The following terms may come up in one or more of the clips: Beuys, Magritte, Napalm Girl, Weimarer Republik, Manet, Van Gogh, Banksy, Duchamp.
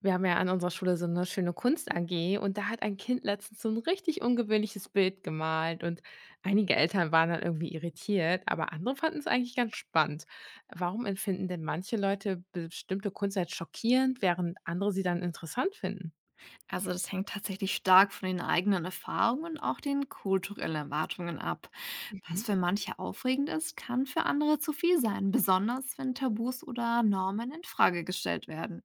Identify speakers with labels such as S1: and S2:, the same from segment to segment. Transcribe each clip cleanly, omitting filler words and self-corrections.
S1: Wir haben ja an unserer Schule so eine schöne Kunst AG und da hat ein Kind letztens so ein richtig ungewöhnliches Bild gemalt und einige Eltern waren dann irgendwie irritiert, aber andere fanden es eigentlich ganz spannend. Warum empfinden denn manche Leute bestimmte Kunst als schockierend, während andere sie dann interessant finden?
S2: Also das hängt tatsächlich stark von den eigenen Erfahrungen und auch den kulturellen Erwartungen ab. Was
S1: Mhm.
S2: für manche aufregend ist, kann für andere zu viel sein, besonders wenn Tabus oder Normen in Frage gestellt werden.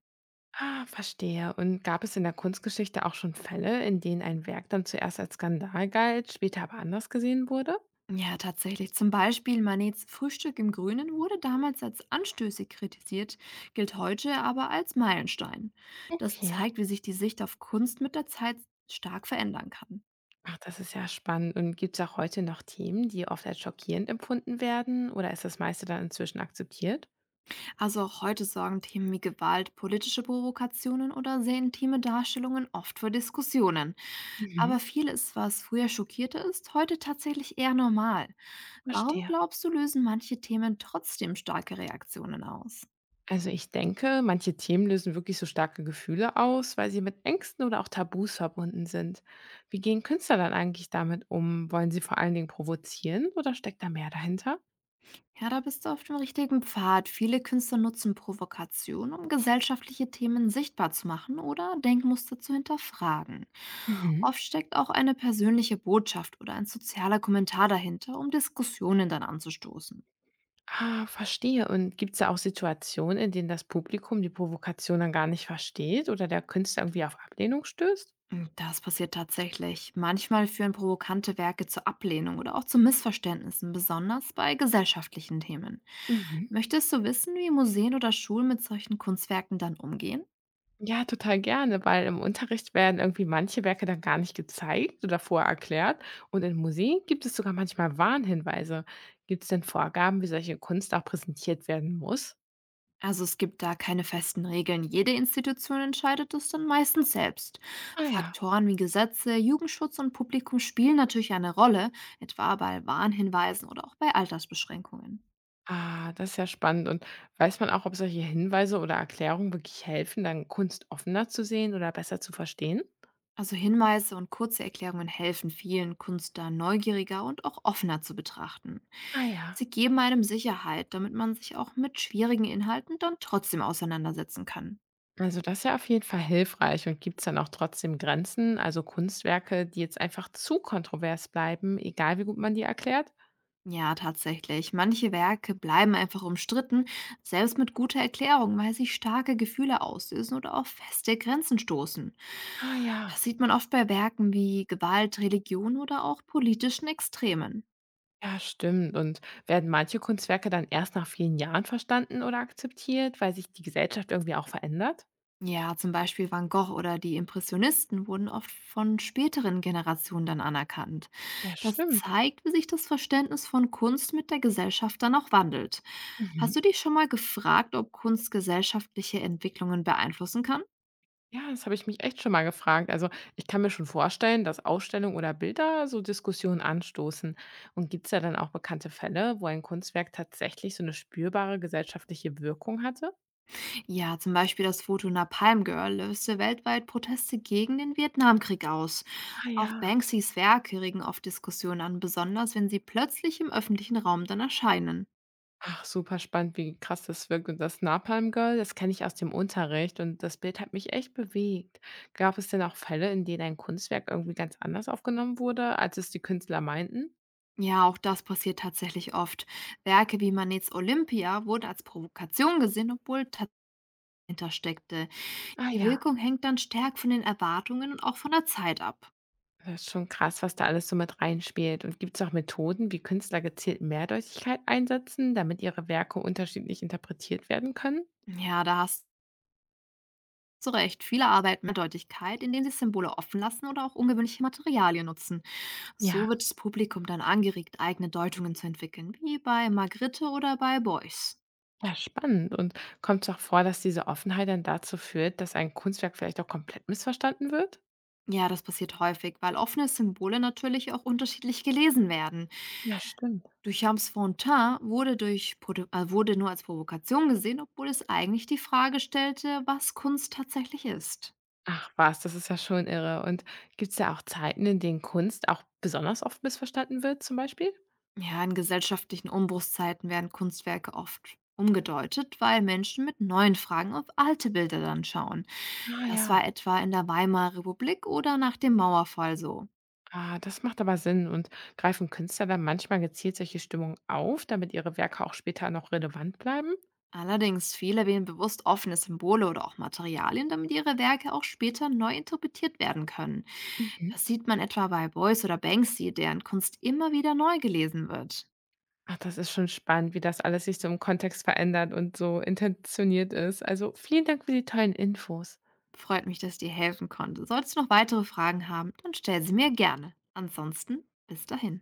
S1: Ah, verstehe. Und gab es in der Kunstgeschichte auch schon Fälle, in denen ein Werk dann zuerst als Skandal galt, später aber anders gesehen wurde?
S2: Ja, tatsächlich. Zum Beispiel Manets Frühstück im Grünen wurde damals als anstößig kritisiert, gilt heute aber als Meilenstein. Das
S1: Okay.
S2: zeigt, wie sich die Sicht auf Kunst mit der Zeit stark verändern kann.
S1: Ach, das ist ja spannend. Und gibt es auch heute noch Themen, die oft als schockierend empfunden werden oder ist das meiste dann inzwischen akzeptiert?
S2: Also auch heute sorgen Themen wie Gewalt, politische Provokationen oder sehr intime Darstellungen oft für Diskussionen.
S1: Mhm.
S2: Aber vieles, was früher schockierte, ist heute tatsächlich eher normal. Warum
S1: Verstehe.
S2: glaubst du, lösen manche Themen trotzdem starke Reaktionen aus?
S1: Also ich denke, manche Themen lösen wirklich so starke Gefühle aus, weil sie mit Ängsten oder auch Tabus verbunden sind. Wie gehen Künstler dann eigentlich damit um? Wollen sie vor allen Dingen provozieren oder steckt da mehr dahinter?
S2: Ja, da bist du auf dem richtigen Pfad. Viele Künstler nutzen Provokation, um gesellschaftliche Themen sichtbar zu machen oder Denkmuster zu hinterfragen.
S1: Mhm.
S2: Oft steckt auch eine persönliche Botschaft oder ein sozialer Kommentar dahinter, um Diskussionen dann anzustoßen.
S1: Ah, verstehe. Und gibt es da auch Situationen, in denen das Publikum die Provokation dann gar nicht versteht oder der Künstler irgendwie auf Ablehnung stößt?
S2: Hm, das passiert tatsächlich. Manchmal führen provokante Werke zur Ablehnung oder auch zu Missverständnissen, besonders bei gesellschaftlichen Themen.
S1: Mhm.
S2: Möchtest du wissen, wie Museen oder Schulen mit solchen Kunstwerken dann umgehen?
S1: Ja, total gerne, weil im Unterricht werden irgendwie manche Werke dann gar nicht gezeigt oder vorher erklärt. Und in Museen gibt es sogar manchmal Warnhinweise. Gibt es denn Vorgaben, wie solche Kunst auch präsentiert werden muss?
S2: Also es gibt da keine festen Regeln. Jede Institution entscheidet es dann meistens selbst.
S1: Ah ja.
S2: Faktoren wie Gesetze, Jugendschutz und Publikum spielen natürlich eine Rolle, etwa bei Warnhinweisen oder auch bei Altersbeschränkungen.
S1: Ah, das ist ja spannend. Und weiß man auch, ob solche Hinweise oder Erklärungen wirklich helfen, dann Kunst offener zu sehen oder besser zu verstehen?
S2: Also Hinweise und kurze Erklärungen helfen vielen Künstlern, neugieriger und auch offener zu betrachten.
S1: Ah ja.
S2: Sie geben einem Sicherheit, damit man sich auch mit schwierigen Inhalten dann trotzdem auseinandersetzen kann.
S1: Also das ist ja auf jeden Fall hilfreich. Und gibt es dann auch trotzdem Grenzen, also Kunstwerke, die jetzt einfach zu kontrovers bleiben, egal wie gut man die erklärt?
S2: Ja, tatsächlich. Manche Werke bleiben einfach umstritten, selbst mit guter Erklärung, weil sie starke Gefühle auslösen oder auf feste Grenzen stoßen.
S1: Ah ja.
S2: Das sieht man oft bei Werken wie Gewalt, Religion oder auch politischen Extremen.
S1: Ja, stimmt. Und werden manche Kunstwerke dann erst nach vielen Jahren verstanden oder akzeptiert, weil sich die Gesellschaft irgendwie auch verändert?
S2: Ja, zum Beispiel Van Gogh oder die Impressionisten wurden oft von späteren Generationen dann anerkannt.
S1: Ja,
S2: Das
S1: stimmt.
S2: zeigt, wie sich das Verständnis von Kunst mit der Gesellschaft dann auch wandelt.
S1: Mhm.
S2: Hast du dich schon mal gefragt, ob Kunst gesellschaftliche Entwicklungen beeinflussen kann?
S1: Ja, das habe ich mich echt schon mal gefragt. Also ich kann mir schon vorstellen, dass Ausstellungen oder Bilder so Diskussionen anstoßen. Und gibt es da dann auch bekannte Fälle, wo ein Kunstwerk tatsächlich so eine spürbare gesellschaftliche Wirkung hatte?
S2: Ja, zum Beispiel das Foto Napalm Girl löste weltweit Proteste gegen den Vietnamkrieg aus.
S1: Ah
S2: Auch
S1: ja.
S2: Banksys Werke regen oft Diskussionen an, besonders wenn sie plötzlich im öffentlichen Raum dann erscheinen.
S1: Ach, super spannend, wie krass das wirkt. Und das Napalm Girl, das kenne ich aus dem Unterricht und das Bild hat mich echt bewegt. Gab es denn auch Fälle, in denen ein Kunstwerk irgendwie ganz anders aufgenommen wurde, als es die Künstler meinten?
S2: Ja, auch das passiert tatsächlich oft. Werke wie Manets Olympia wurden als Provokation gesehen, obwohl Tat dahinter steckte.
S1: Ah
S2: Die
S1: ja,
S2: Wirkung hängt dann stark von den Erwartungen und auch von der Zeit ab.
S1: das ist schon krass, was da alles so mit reinspielt. Und gibt es auch Methoden, wie Künstler gezielt Mehrdeutigkeit einsetzen, damit ihre Werke unterschiedlich interpretiert werden können?
S2: Ja, da hast du recht. Viele arbeiten mit Deutlichkeit, indem sie Symbole offen lassen oder auch ungewöhnliche Materialien nutzen. So
S1: Ja,
S2: wird das Publikum dann angeregt, eigene Deutungen zu entwickeln, wie bei Magritte oder bei Beuys.
S1: ja, spannend. Und kommt es auch vor, dass diese Offenheit dann dazu führt, dass ein Kunstwerk vielleicht auch komplett missverstanden wird?
S2: Ja, das passiert häufig, weil offene Symbole natürlich auch unterschiedlich gelesen werden.
S1: Ja, stimmt.
S2: Duchamps Fontaine wurde, wurde nur als Provokation gesehen, obwohl es eigentlich die Frage stellte, was Kunst tatsächlich ist.
S1: Ach was, das ist ja schon irre. Und gibt es da auch Zeiten, in denen Kunst auch besonders oft missverstanden wird zum Beispiel?
S2: Ja, in gesellschaftlichen Umbruchszeiten werden Kunstwerke oft umgedeutet, weil Menschen mit neuen Fragen auf alte Bilder dann schauen.
S1: Ah
S2: Das
S1: ja,
S2: war etwa in der Weimarer Republik oder nach dem Mauerfall so.
S1: ah, das macht aber Sinn. Und greifen Künstler dann manchmal gezielt solche Stimmungen auf, damit ihre Werke auch später noch relevant bleiben?
S2: Allerdings, viele wählen bewusst offene Symbole oder auch Materialien, damit ihre Werke auch später neu interpretiert werden können.
S1: Mhm.
S2: Das sieht man etwa bei Beuys oder Banksy, deren Kunst immer wieder neu gelesen wird.
S1: Ach, das ist schon spannend, wie das alles sich so im Kontext verändert und so intentioniert ist. Also vielen Dank für die tollen Infos.
S2: Freut mich, dass ich dir helfen konnte. Solltest du noch weitere Fragen haben, dann stell sie mir gerne. Ansonsten, bis dahin.